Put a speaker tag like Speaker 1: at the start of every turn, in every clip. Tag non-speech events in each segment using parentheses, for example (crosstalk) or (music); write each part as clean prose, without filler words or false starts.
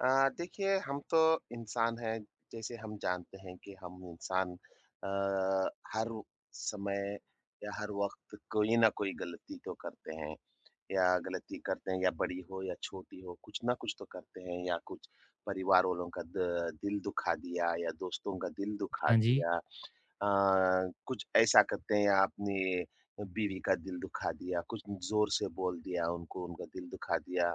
Speaker 1: देखिए हम तो इंसान हैं, जैसे हम जानते हैं कि हम इंसान अ, हर समय या हर वक़्त कोई ना कोई गलती तो करते हैं या गलती करते हैं या बड़ी हो या छोटी हो, कुछ ना कुछ तो करते हैं या कुछ परिवार वालों का द दिल दुखा दिया या दोस्तों का दिल दुखा
Speaker 2: हाँ जी,
Speaker 1: दिया। अ, कुछ ऐसा करते हैं आपने बीवी का दिल दुखा दिया, कुछ ज़ोर से बोल दिया उनको, उनका दिल दुखा दिया।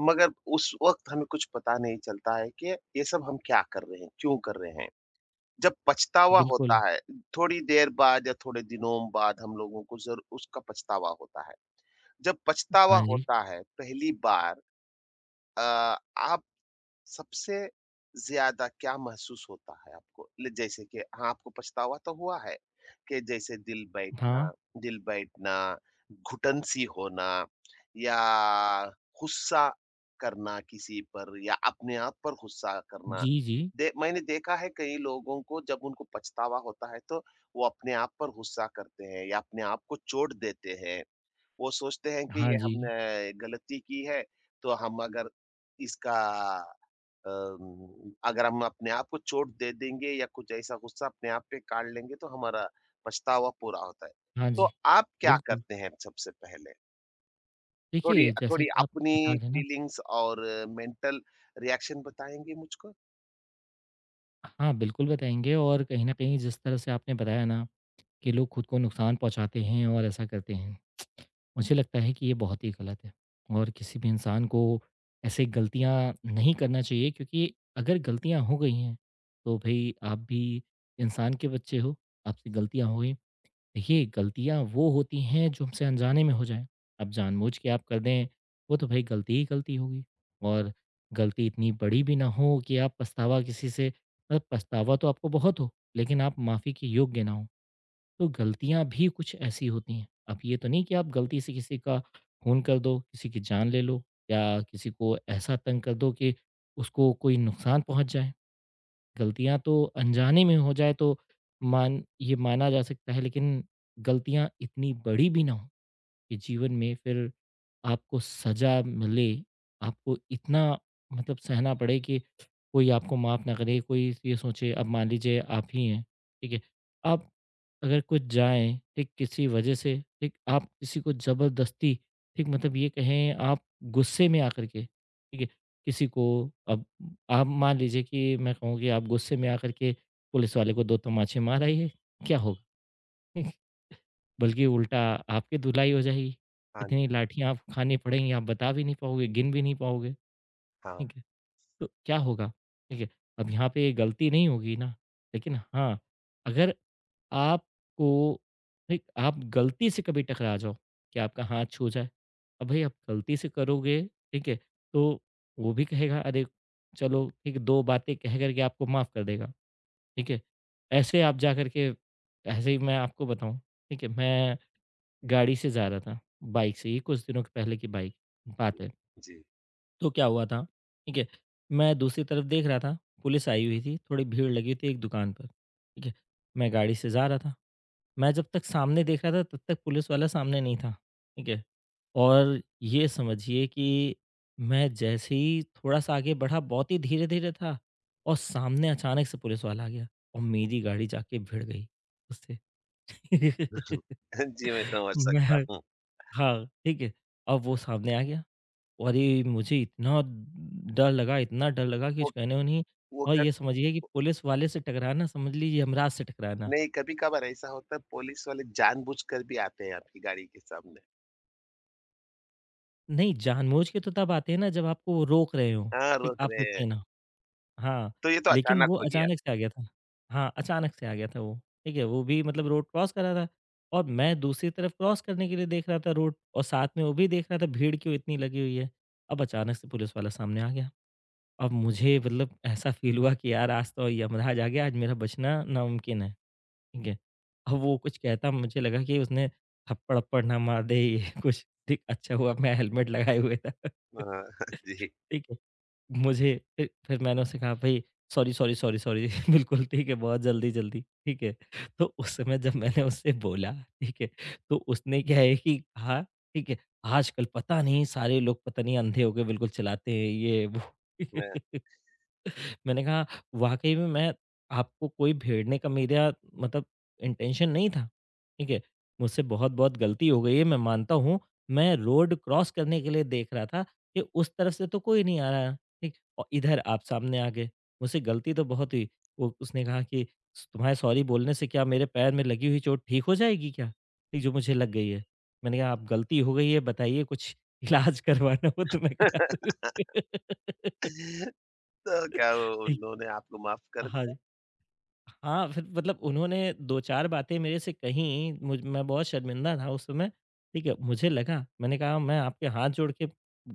Speaker 1: मगर उस वक़्त हमें कुछ पता नहीं चलता है कि ये सब हम क्या कर रहे हैं, क्यों कर रहे हैं? जब पछतावा होता
Speaker 2: बिल्कुल।
Speaker 1: है, थोड़ी देर बाद या थोड़े दिनों बाद हम लोगों को ज़रू उसका पछतावा होता है। जब पछतावा
Speaker 2: हाँ जी,
Speaker 1: होता है पहली बार अ, आप सबसे ज़्यादा क्या महसूस होता है आपको? ल जैसे कि हाँ, आपको पछतावा तो हुआ है कि जैसे
Speaker 2: हाँ।
Speaker 1: दिल बैठना, घुटन-सी होना या गुस्सा करना किसी पर या अपने आप पर गुस्सा करना।
Speaker 2: जी, जी।
Speaker 1: दे मैंने देखा है कई लोगों को जब उनको पछतावा होता है तो वो अपने आप पर गुस्सा करते हैं या अपने आप को चोट देते हैं। वो सोचते हैं कि
Speaker 2: हाँ
Speaker 1: ये
Speaker 2: जी,
Speaker 1: हमने गलती की है, तो हम अगर इसका अगर हम अपने आप को चोट दे देंगे या कुछ ऐसा गुस्सा अपने आप पे काढ़ लेंगे तो हमारा पछतावा पूरा होता है।
Speaker 2: हाँ
Speaker 1: तो
Speaker 2: जी।
Speaker 1: आप क्या
Speaker 2: बिल्कुल,
Speaker 1: करते हैं सबसे पहले? थोड़ी
Speaker 2: देखिए जैसा
Speaker 1: थोड़ी
Speaker 2: कि आप
Speaker 1: अपनी
Speaker 2: बता रहे हैं ना।
Speaker 1: फीलिंग्स और मेंटल रिएक्शन बताएँगे मुझको?
Speaker 2: हाँ, बिल्कुल बताएँगे और कहीं न कहीं जिस तरह से आपने बताया ना कि लोग खुद को नुकसान पहुँचाते हैं और ऐसा करते हैं, मुझे लगता है कि ये बहुत ही गलत है और किसी भी इंसान को ऐसे गलतियाँ नहीं करना चाहिए क्योंकि अगर गलतियाँ हो गई हैं, तो भई आप भी इंसान के बच्चे हो, आपसे गलतियाँ हो गई। देखिए, गलतियाँ वो होती हैं जो हमसे अनजाने में हो जाएँ। अब जानबूझ के आप कर दें, वो तो भई गलती ही गलती होगी और गलती इतनी बड़ी भी ना हो कि आप पछतावा किसी से मतलब पछतावा तो आपको बहुत हो, लेकिन आप माफ़ी के योग्य ना हों। तो गलतियाँ भी कुछ ऐसी होती हैं। अब ये तो नहीं कि आप गलती से किसी का खून कर दो, किसी की जान ले लो या किसी को ऐसा तंग कर दो कि उसको कोई नुकसान पहुँच जाए। गलतियाँ तो अनजाने में हो जाए तो मान ये माना जा सकता है लेकिन गलतियाँ इतनी बड़ी भी ना हो। कि जीवन में फिर आपको सज़ा मिले, आपको इतना मतलब सहना पड़े कि कोई आपको माफ़ ना करे, कोई ये सोचे अब मान लीजिए आप ही हैं, ठीक है? आप अगर कुछ जाएँ, ठीक किसी वजह से, ठीक आप किसी को ज़बरदस्ती, ठीक मतलब ये कहें आप गुस्से में आकर के, ठीक है? किसी को अब आप मान लीजिए कि मैं कहूँ कि आप गुस्से में आकर के पुलिस वाले को 2 तमाचे मार आइए, क्या होगा? (laughs) बल्कि उल्टा आपकी धुलाई हो जाएगी।
Speaker 1: हाँ,
Speaker 2: इतनी लाठियाँ आप खानी पड़ेंगी, आप बता भी नहीं पाओगे, गिन भी नहीं पाओगे,
Speaker 1: हाँ,
Speaker 2: ठीक है? तो क्या होगा? ठीक है? अब यहाँ पे गलती नहीं होगी ना, लेकिन हाँ, अगर आपको एक आप गलती से कभी टकरा जाओ कि आपका हाथ छू जाए, अब भाई आप गलती से करोगे, ठीक है? तो वो भी कहेगा अरे! चलो ठीक है, 2 बातें कह कर के आपको माफ़ कर देगा, ठीक है? ऐसे आप जा कर के ऐसे ही मैं आपको बताऊँ, ठीक है? मैं गाड़ी से जा रहा था, बाइक से, ये कुछ दिनों के पहले की बाइक बात है।
Speaker 1: जी।
Speaker 2: तो क्या हुआ था, ठीक है, मैं दूसरी तरफ देख रहा था, पुलिस आई हुई थी, थोड़ी भीड़ लगी हुई थी एक दुकान पर, ठीक है। मैं गाड़ी से जा रहा था, मैं जब तक सामने देख रहा था तब तक पुलिस वाला सामने नहीं था, ठीक है। और ये समझिए कि मैं जैसे ही थोड़ा-सा आगे बढ़ा, बहुत ही धीरे-धीरे था और सामने अचानक से पुलिस वाला आ गया और मेरी गाड़ी जाके भिड़ गई उससे। (laughs)
Speaker 1: (laughs) जी, मैं समझ
Speaker 2: मैं
Speaker 1: सकता हूँ।
Speaker 2: हाँ, ठीक है। अब वो सामने आ गया। अरे! मुझे इतना डर लगा कि कुछ
Speaker 1: वो
Speaker 2: कहने को नहीं
Speaker 1: वो
Speaker 2: और
Speaker 1: क
Speaker 2: ये समझिए कि पुलिस वाले से टकराना समझ लीजिए यमराज से टकराना।
Speaker 1: नहीं, कभी-कभार ऐसा होता है पुलिस वाले जानबूझकर भी आते हैं आपकी गाड़ी के सामने।
Speaker 2: नहीं, जानबूझ के तो तब आते हैं ना जब आपको वो रोक रहे हों,
Speaker 1: हाँ,
Speaker 2: ठीक,
Speaker 1: रोक
Speaker 2: आप
Speaker 1: रहे हैं।
Speaker 2: रुके ना। हाँ,
Speaker 1: तो ये तो
Speaker 2: लेकिन
Speaker 1: अचानक
Speaker 2: वो
Speaker 1: हो गया।
Speaker 2: अचानक से आ गया था। हाँ, अचानक से आ गया था वो, ठीक है? वो भी मतलब रोड क्रॉस कर रहा था और मैं दूसरी तरफ क्रॉस करने के लिए देख रहा था रोड और साथ में वो भी देख रहा था भीड़ क्यों इतनी लगी हुई है। अब अचानक से पुलिस वाला सामने आ गया। अब मुझे मतलब ऐसा फ़ील हुआ कि यार आज तो यमराज आ गया, आज मेरा बचना नामुमकिन है, ठीक है। अब वो कुछ कहता मुझे लगा कि उसने थप्पड़-वप्पड़ ना मार दे ये (laughs) कुछ, ठीक, अच्छा हुआ मैं हेलमेट लगाए हुए था। (laughs)
Speaker 1: हाँ, (laughs) जी।
Speaker 2: ठीक है, मुझे फिर मैंने उससे कहा भई सॉरी, सॉरी, सॉरी, सॉरी (laughs) बिल्कुल ठीक है, बहुत जल्दी-जल्दी, ठीक है। तो उस समय जब मैंने उससे बोला, ठीक है, तो उसने क्या है कि कहा, ठीक है, आजकल पता नहीं सारे लोग पता नहीं अंधे हो के बिल्कुल चलाते हैं, ये वो।
Speaker 1: मैं
Speaker 2: (laughs) मैंने कहा वाक़ई में मैं आपको कोई भेड़ने का मेरा मतलब इंटेंशन नहीं था, ठीक है? मुझसे बहुत-बहुत गलती हो गई है, मैं मानता हूँ। मैं रोड क्रॉस करने के लिए देख रहा था कि उस तरफ से तो कोई नहीं आ रहा है, ठीक? और इधर आप सामने आ गए, मुझसे गलती तो बहुत हुई। वो उसने कहा कि तुम्हारे सॉरी बोलने से क्या मेरे पैर में लगी हुई चोट ठीक हो जाएगी क्या? ठीक जो मुझे लग गई है। मैंने कहा आप गलती हो गई है बताइए कुछ इलाज करवाना हो तो मैं करा दूँ।
Speaker 1: (laughs) तो क्या वो
Speaker 2: (laughs)
Speaker 1: उन्होंने आपको माफ कर
Speaker 2: हाँ।
Speaker 1: दिया?
Speaker 2: हाँ, फिर मतलब उन्होंने 2-4 बातें मेरे से कहीं मुझ मैं बहुत शर्मिंदा था उस समय, ठीक है। मुझे लगा मैंने कहा मैं आपके हाथ जोड़ के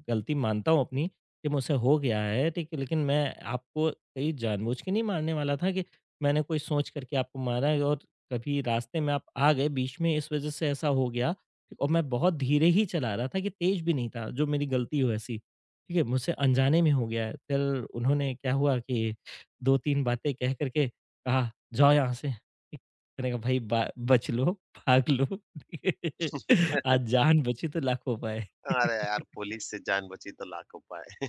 Speaker 2: गलती मानता हूँ अपनी कि मुझसे हो गया है, ठीक है। लेकिन मैं आपको कहीं जानबूझ के नहीं मारने वाला था कि मैंने कोई सोच करके आपको मारा है और कभी रास्ते में आप आ गए बीच में इस वज़ह से ऐसा हो गया ठीक, और मैं बहुत धीरे ही चला रहा था कि तेज़ भी नहीं था, जो मेरी गलती हो ऐसी, ठीक है। मुझसे अनजाने में हो गया है। फिर उन्होंने क्या हुआ कि 2-3 बातें कह कर के हाँ, जाओ यहाँ से। मैंने कहा भाई बा बच लो, भाग लो। (laughs) आज
Speaker 1: (laughs)
Speaker 2: जान बची तो लाखों पाए।
Speaker 1: अरे
Speaker 2: (laughs)
Speaker 1: यार! पुलिस से जान बची तो लाखों पाए। (laughs)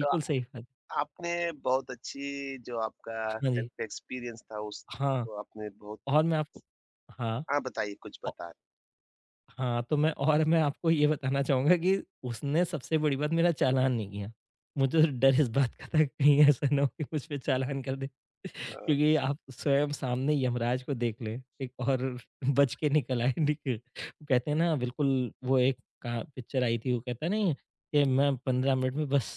Speaker 1: तो
Speaker 2: सही बात।
Speaker 1: आपने बहुत अच्छी जो आपका
Speaker 2: हाँ जी।
Speaker 1: सेल्फ एक्सपीरियंस था
Speaker 2: हाँ,
Speaker 1: उसको आपने बहुत
Speaker 2: और मैं आपको हाँ। औ
Speaker 1: हाँ, बताइए कुछ बता
Speaker 2: हाँ, तो मैं और मैं आपको ये बताना चाहूँगा कि उसने सबसे बड़ी बात मेरा चालान नहीं किया। मुझे तो डर इस बात का था कहीं ऐसा ना हो कि मुझ पे चालान कर दे। (laughs)
Speaker 1: अ,
Speaker 2: क्योंकि आप स्वयं सामने यमराज को देख लें, एक और बच के निकल आए देखिए। वो कहते हैं ना बिल्कुल वो एक का पिक्चर आई थी वो कहता नहीं कि मैं 15 मिनट में बस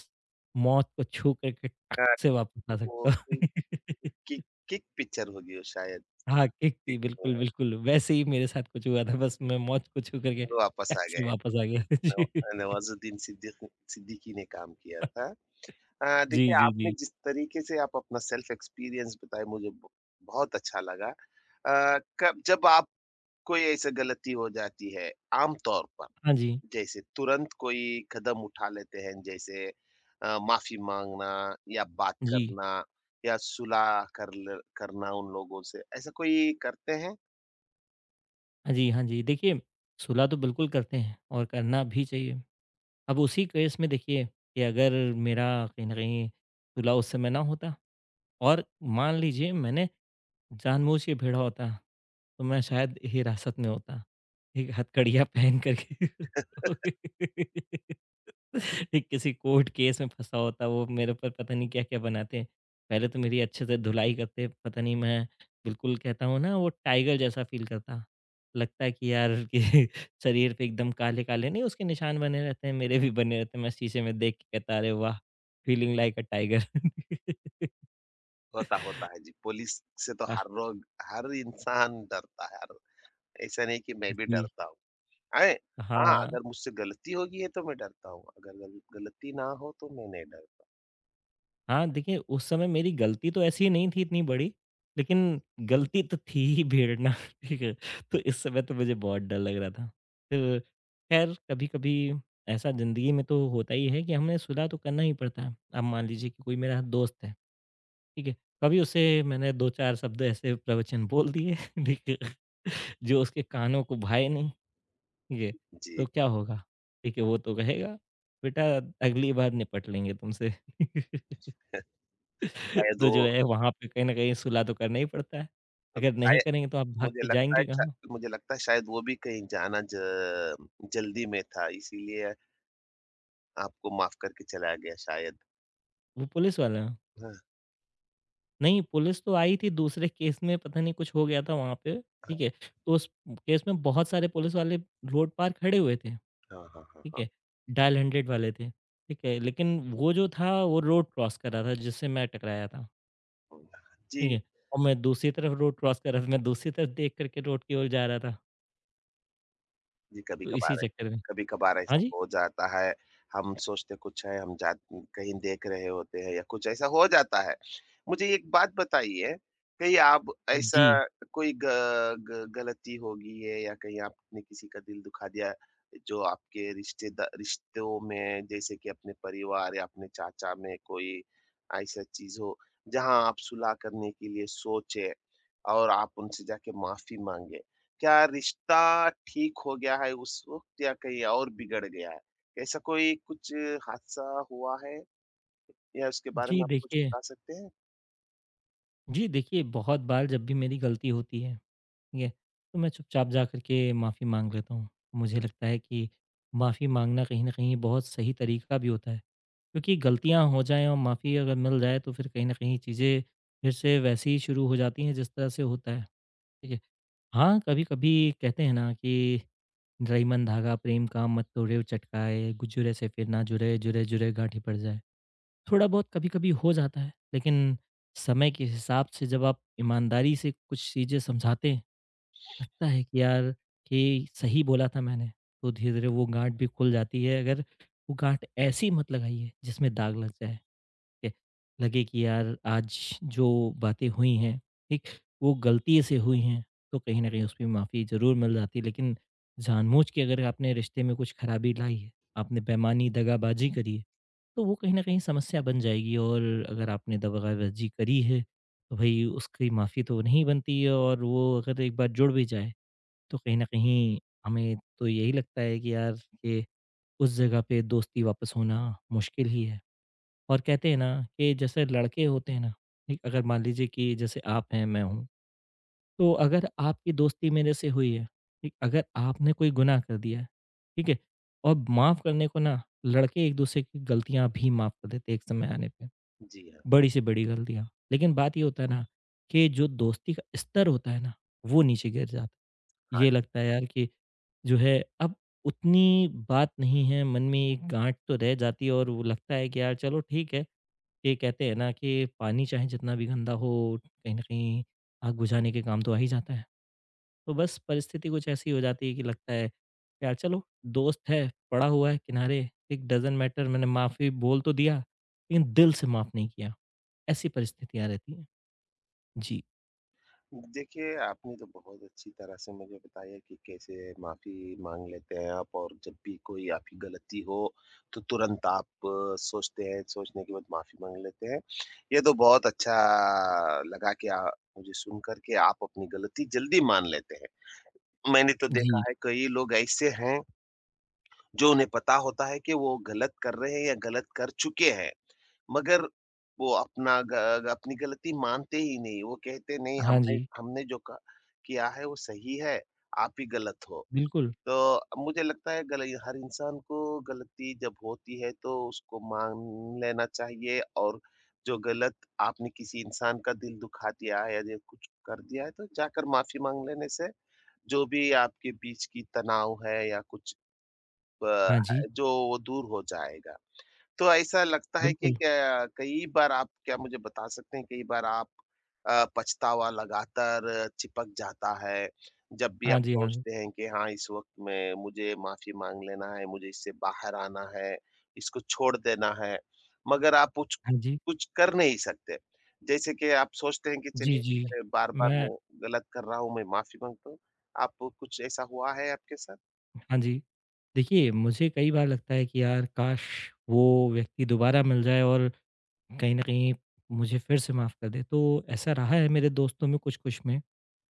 Speaker 2: मौत को छू करके टक
Speaker 1: क्या
Speaker 2: से वापस आ
Speaker 1: वो
Speaker 2: सकता
Speaker 1: कोई
Speaker 2: हूँ। (laughs)
Speaker 1: किक किक पिक्चर होगी वो शायद
Speaker 2: हाँ, किक
Speaker 1: कि
Speaker 2: थी। बिल्कुल, बिल्कुल, वैसे ही मेरे साथ कुछ हुआ था बस मैं मौत को छू करके
Speaker 1: वो वापस
Speaker 2: टक
Speaker 1: आ
Speaker 2: से
Speaker 1: गए।
Speaker 2: वापस आ गया। (laughs)
Speaker 1: नव
Speaker 2: जी।
Speaker 1: नवाज़ुद्दीन सिद्दीकी सिद्दीकी ने काम किया था।
Speaker 2: जी,
Speaker 1: देखिए
Speaker 2: जी,
Speaker 1: आपने
Speaker 2: जी।
Speaker 1: जिस तरीके से आप अपना सेल्फ एक्सपीरियंस बताए मुझे ब बहुत अच्छा लगा। कब जब आप कोई ऐसा गलती हो जाती है आमतौर पर
Speaker 2: हाँ जी।
Speaker 1: जैसे तुरंत कोई कदम उठा लेते हैं जैसे माफी मांगना या बात
Speaker 2: जी।
Speaker 1: करना या करना उन लोगों से ऐसा कोई करते हैं
Speaker 2: हाँ जी, हाँ जी। देखिए, सुलह तो बिल्कुल करते हैं और करना भी चाहिए। अब उसी केस में देखिए कि अगर मेरा कहीं न कहीं सुलह उस समय ना होता और मान लीजिए मैंने जानबूझ के भिड़ा होता, तो मैं शायद हिरासत में होता। एक हथकड़ियाँ पहन करके। (laughs) (laughs) एक किसी कोर्ट केस में फँसा होता वो मेरे ऊपर पता नहीं क्या-क्या बनाते हैं। पहले तो मेरी अच्छे से धुलाई करते पता नहीं मैं बिल्कुल कहता हूँ ना वो टाइगर जैसा फ़ील करता। लगता है कि यार कि (laughs) शरीर पे एकदम काले-काले नहीं उसके निशान बने रहते हैं, मेरे भी बने रहते हैं। मैं शीशे में देख के कहता अरे वाह! Feeling like a tiger. (laughs)
Speaker 1: होता होता है जी पुलिस से तो
Speaker 2: आह,
Speaker 1: हर लोग हर इंसान डरता है हर ऐसा नहीं कि मैं भी
Speaker 2: जी।
Speaker 1: डरता हूँ आए हाँ
Speaker 2: हाँ।
Speaker 1: अगर मुझसे गलती होगी है तो मैं डरता हूँ अगर गलती ना हो तो मैं नहीं डर
Speaker 2: हाँ, देखिए उस समय मेरी गलती तो ऐसी नहीं थी इतनी बड़ी, लेकिन गलती तो थी ही छेड़ना, (laughs) ठीक है? तो इस समय तो मुझे बहुत डर लग रहा था। फिर ख़ैर कभी-कभी ऐसा ज़िंदगी में तो होता ही है कि हमें सुलह तो करना ही पड़ता है। अब मान लीजिए कि कोई मेरा दोस्त है, ठीक है? कभी उसे मैंने 2-4 शब्द ऐसे प्रवचन बोल दिए, (laughs) ठीक है? जो उसके कानों को भाए नहीं, ठीक है? तो
Speaker 1: जी
Speaker 2: क्या होगा? ठीक है, वो तो कहेगा, "बेटा अगली बार निपट लेंगे तुमसे।" (laughs)
Speaker 1: शायद
Speaker 2: तो जो है वहाँ पे कहीं न कहीं सुलह तो करना ही पड़ता है।
Speaker 1: वो
Speaker 2: अगर नहीं करेंगे तो आप भाग
Speaker 1: मुझे
Speaker 2: के
Speaker 1: लगता है
Speaker 2: जाएँगे
Speaker 1: शा
Speaker 2: कहाँ?
Speaker 1: मुझे लगता है शायद वो भी कहीं जाना ज जल्दी में था, इसीलिए आपको माफ़ करके चला गया शायद।
Speaker 2: वो पुलिस वाले हैं।
Speaker 1: हाँ,
Speaker 2: नहीं, पुलिस तो आई थी दूसरे केस में पता नहीं कुछ हो गया था वहाँ पे, ठीक है? तो उस केस में बहुत सारे पुलिस वाले रोड पार खड़े हुए थे,
Speaker 1: हाँ, हाँ, हाँ, हाँ,
Speaker 2: ठीक
Speaker 1: हाँ।
Speaker 2: है? डायल 100 वाले थे, ठीक है? लेकिन वो जो था वो रोड क्रॉस कर रहा था जिससे मैं टकराया था,
Speaker 1: जी।
Speaker 2: ठीक है? और मैं दूसरी तरफ रोड क्रॉस कर रहा था, मैं दूसरी तरफ देख कर के रोड की ओर जा रहा था,
Speaker 1: जी,
Speaker 2: तो इसी चक्कर में
Speaker 1: कभी-कभार
Speaker 2: हाँ
Speaker 1: ऐसा
Speaker 2: जी।
Speaker 1: हो जाता है। हम सोचते कुछ है, हम जा कहीं देख रहे होते हैं या कुछ ऐसा हो जाता है। मुझे एक बात बताइए, कहीं आप ऐसा
Speaker 2: जी।
Speaker 1: कोई ग ग गलती हो गई है या कहीं आपने किसी का दिल दुखा दिया, जो आपके रिश्तेदा रिश्तों में जैसे कि अपने परिवार या अपने चाचा में कोई ऐसा चीज़ हो, जहाँ आप सुलह करने के लिए सोचे और आप उनसे जाके माफ़ी माँगे? क्या रिश्ता ठीक हो गया है उस वक़्त या कहीं और बिगड़ गया है? ऐसा कोई कुछ हादसा हुआ है या उसके बारे में
Speaker 2: जी,
Speaker 1: आप कुछ
Speaker 2: देखिए
Speaker 1: बता सकते हैं?
Speaker 2: जी, देखिए बहुत बार जब भी मेरी गलती होती है, ठीक है? तो मैं चुपचाप जा कर के माफ़ी माँग लेता हूँ। मुझे लगता है कि माफ़ी माँगना कहीं न कहीं बहुत सही तरीका भी होता है। क्योंकि गलतियाँ हो जाएँ और माफ़ी अगर मिल जाए तो फिर कहीं न कहीं चीज़ें फिर से वैसे ही शुरू हो जाती हैं जिस तरह से होता है, ठीक है? हाँ, कभी-कभी कहते हैं ना कि रईमन धागा प्रेम का मत तोड़ियो चटकाए, गुजुरे से फिर ना जुड़े, जुरे-जुरे गांठी पड़ जाए। थोड़ा बहुत कभी-कभी हो जाता है, लेकिन समय के हिसाब से जब आप ईमानदारी से कुछ चीज़ें समझाते हैं, लगता है कि यार कि सही बोला था मैंने, तो धीरे-धीरे वो गाँठ भी खुल जाती है। अगर वो गाँठ ऐसी मत लगाइए जिसमें दाग लग जाए, ठीक है। लगे कि यार आज जो बातें हुई हैं, ठीक, वो गलती से हुई हैं, तो कहीं न कहीं उसमें माफ़ी ज़रूर मिल जाती है। लेकिन जानबूझ के अगर आपने रिश्ते में कुछ खराबी लाई है, आपने बेईमानी, दगाबाजी करी है, तो वो कहीं न कहीं समस्या बन जाएगी और अगर आपने दगाबाजी करी है, तो भई उसकी माफ़ी तो नहीं बनती है और वो अगर एक बार जुड़ भी जाए, तो कहीं न कहीं हमें तो यही लगता है कि यार ये उस जगह पे दोस्ती वापस होना मुश्किल ही है। और कहते हैं ना कि जैसे लड़के होते हैं ना, ठीक? अगर मान लीजिए कि जैसे आप हैं, मैं हूँ, तो अगर आपकी दोस्ती मेरे से हुई है, ठीक? अगर आपने कोई गुनाह कर दिया है, ठीक है? और माफ़ करने को ना लड़के एक-दूसरे की गलतियाँ भी माफ़ कर देते हैं एक समय आने पे।
Speaker 1: जी हाँ।
Speaker 2: बड़ी से बड़ी गलतियाँ। लेकिन बात ये होता है ना कि जो दोस्ती का स्तर होता है ना, वो नीचे गिर जाता है।
Speaker 1: हाँ,
Speaker 2: ये लगता है यार कि जो है अब उतनी बात नहीं है, मन में एक गाँठ तो रह जाती है और वो लगता है कि यार चलो ठीक है, ये कहते हैं ना कि पानी चाहे जितना भी गंदा हो, कहीं न कहीं आग बुझाने के काम तो आ ही जाता है। तो बस परिस्थिति कुछ ऐसी हो जाती है कि लगता है, यार चलो दोस्त है, पड़ा हुआ है किनारे, इट डज़न्ट मैटर मैंने माफ़ी बोल तो दिया, लेकिन दिल से माफ़ नहीं किया। ऐसी परिस्थितियाँ रहती हैं। जी,
Speaker 1: देखिए आपने तो बहुत अच्छी तरह से मुझे बताया कि कैसे माफ़ी माँग लेते हैं आप और जब भी कोई आपकी गलती हो तो तुरंत आप सोचते हैं, सोचने के बाद माफ़ी माँग लेते हैं। ये तो बहुत अच्छा लगा कि मुझे सुन कर के आप अपनी गलती जल्दी मान लेते हैं। मैंने तो देखा
Speaker 2: जी।
Speaker 1: है कई लोग ऐसे हैं जो उन्हें पता होता है कि वो गलत कर रहे हैं या गलत कर चुके हैं, मगर वो अपना ग अपनी गलती मानते ही नहीं। वो कहते नहीं
Speaker 2: हाँ
Speaker 1: हमने
Speaker 2: जी,
Speaker 1: हमने जो क किया है वो सही है, आप ही गलत हो।
Speaker 2: बिल्कुल।
Speaker 1: तो मुझे लगता है गल हर इंसान को गलती जब होती है तो उसको मान लेना चाहिए और जो गलत आपने किसी इंसान का दिल दुखा दिया है या जो कुछ कर दिया है तो जाकर माफ़ी माँग लेने से जो भी आपके बीच की तनाव है या कुछ अ,
Speaker 2: हाँ जी,
Speaker 1: जो वो दूर हो जाएगा। तो ऐसा लगता है कि
Speaker 2: बिल्कुल।
Speaker 1: क्या मुझे बता सकते हैं कई बार आप पछतावा लगातार चिपक जाता है, जब भी
Speaker 2: हाँ
Speaker 1: आप
Speaker 2: जी, हाँ जी।
Speaker 1: सोचते हैं कि हाँ, इस वक़्त में मुझे माफ़ी माँग लेना है, मुझे इससे बाहर आना है, इसको छोड़ देना है, मगर आप कुछ
Speaker 2: हाँ जी।
Speaker 1: कुछ कर नहीं सकते। जैसे कि आप सोचते हैं कि
Speaker 2: जी,
Speaker 1: चलिए
Speaker 2: जी।
Speaker 1: अरे, बार-बार
Speaker 2: मैं
Speaker 1: मैं गलत कर रहा हूँ, मैं माफ़ी माँगता हूँ। आपको कुछ ऐसा हुआ है आपके साथ?
Speaker 2: हाँ जी। देखिए, मुझे कई बार लगता है कि यार काश वो व्यक्ति दोबारा मिल जाए और कहीं न कहीं मुझे फिर से माफ़ कर दे। तो ऐसा रहा है मेरे दोस्तों में कुछ-कुछ में,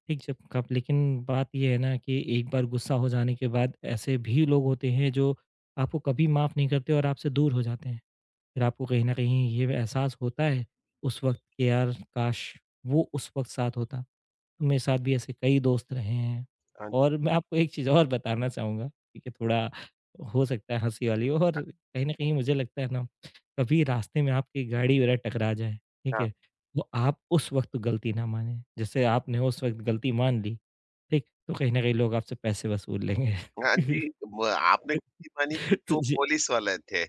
Speaker 2: ठीक जब कब लेकिन बात ये है ना कि एक बार गुस्सा हो जाने के बाद ऐसे भी लोग होते हैं जो आपको कभी माफ़ नहीं करते और आपसे दूर हो जाते हैं। फिर आपको कहीं न कहीं ये एहसास होता है उस वक़्त कि यार काश! वो उस वक़्त साथ होता। तो मेरे साथ भी ऐसे कई दोस्त रहे हैं
Speaker 1: हाँ, जी,
Speaker 2: और मैं आपको एक चीज़ और बताना चाहूँगा, ठीक है? थोड़ा हो सकता है हँसी वाली हो और कहीं न कहीं मुझे लगता है ना, कभी रास्ते में आपकी गाड़ी वगैरह टकरा जाए, ठीक है?
Speaker 1: हाँ।
Speaker 2: तो आप उस वक़्त गलती ना मानें। जैसे आपने उस वक़्त गलती मान ली, ठीक? तो कहीं न कहीं लोग आपसे पैसे वसूल लेंगे।
Speaker 1: हाँ
Speaker 2: (laughs)
Speaker 1: जी, ब आपने गलती मानी क्योंकि
Speaker 2: तो
Speaker 1: वो
Speaker 2: जी
Speaker 1: पुलिस वाले थे।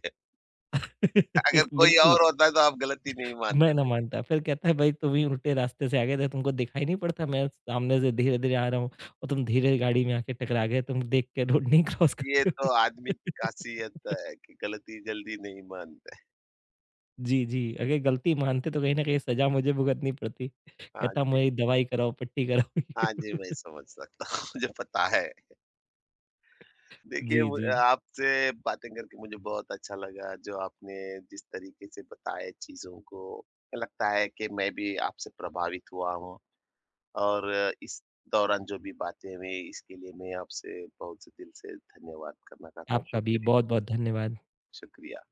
Speaker 1: (laughs) अगर
Speaker 2: (laughs)
Speaker 1: कोई
Speaker 2: बिल्कुल।
Speaker 1: और होता तो आप गलती नहीं
Speaker 2: मैं ना
Speaker 1: मानते।
Speaker 2: मानता, फिर कहता है भाई तुम ही उल्टे रास्ते से आ गए थे, तुमको दिखाई नहीं पड़ता मैं सामने से धीरे-धीरे आ रहा हूँ और तुम धीरे गाड़ी में आके टकरा गए, तुम देख के रोड नहीं क्रॉस
Speaker 1: ये
Speaker 2: करते हो।
Speaker 1: तो आदमी की
Speaker 2: (laughs)
Speaker 1: खासियत है कि गलती जल्दी नहीं मानते।
Speaker 2: जी, जी, अगर गलती मानते तो कहीं न कहीं सज़ा मुझे भुगतनी पड़ती।
Speaker 1: हाँ
Speaker 2: कहता
Speaker 1: जी,
Speaker 2: मुझे दवाई कराओ, पट्टी
Speaker 1: हाँ जी,
Speaker 2: कराओ। (laughs)
Speaker 1: मैं समझ सकता हूँ, (laughs) मुझे पता है। देखिए
Speaker 2: जी,
Speaker 1: मु
Speaker 2: जी, जी।
Speaker 1: आपसे बातें करके मुझे बहुत अच्छा लगा, जो आपने जिस तरीके से बताया चीज़ों को, लगता है कि मैं भी आपसे प्रभावित हुआ हूँ और इस दौरान जो भी बातें हुई, इसके लिए मैं आपसे बहुत से दिल से धन्यवाद करना चाहता हूँ,
Speaker 2: आपका भी
Speaker 1: शुक्रिया।
Speaker 2: बहुत-बहुत धन्यवाद।
Speaker 1: शुक्रिया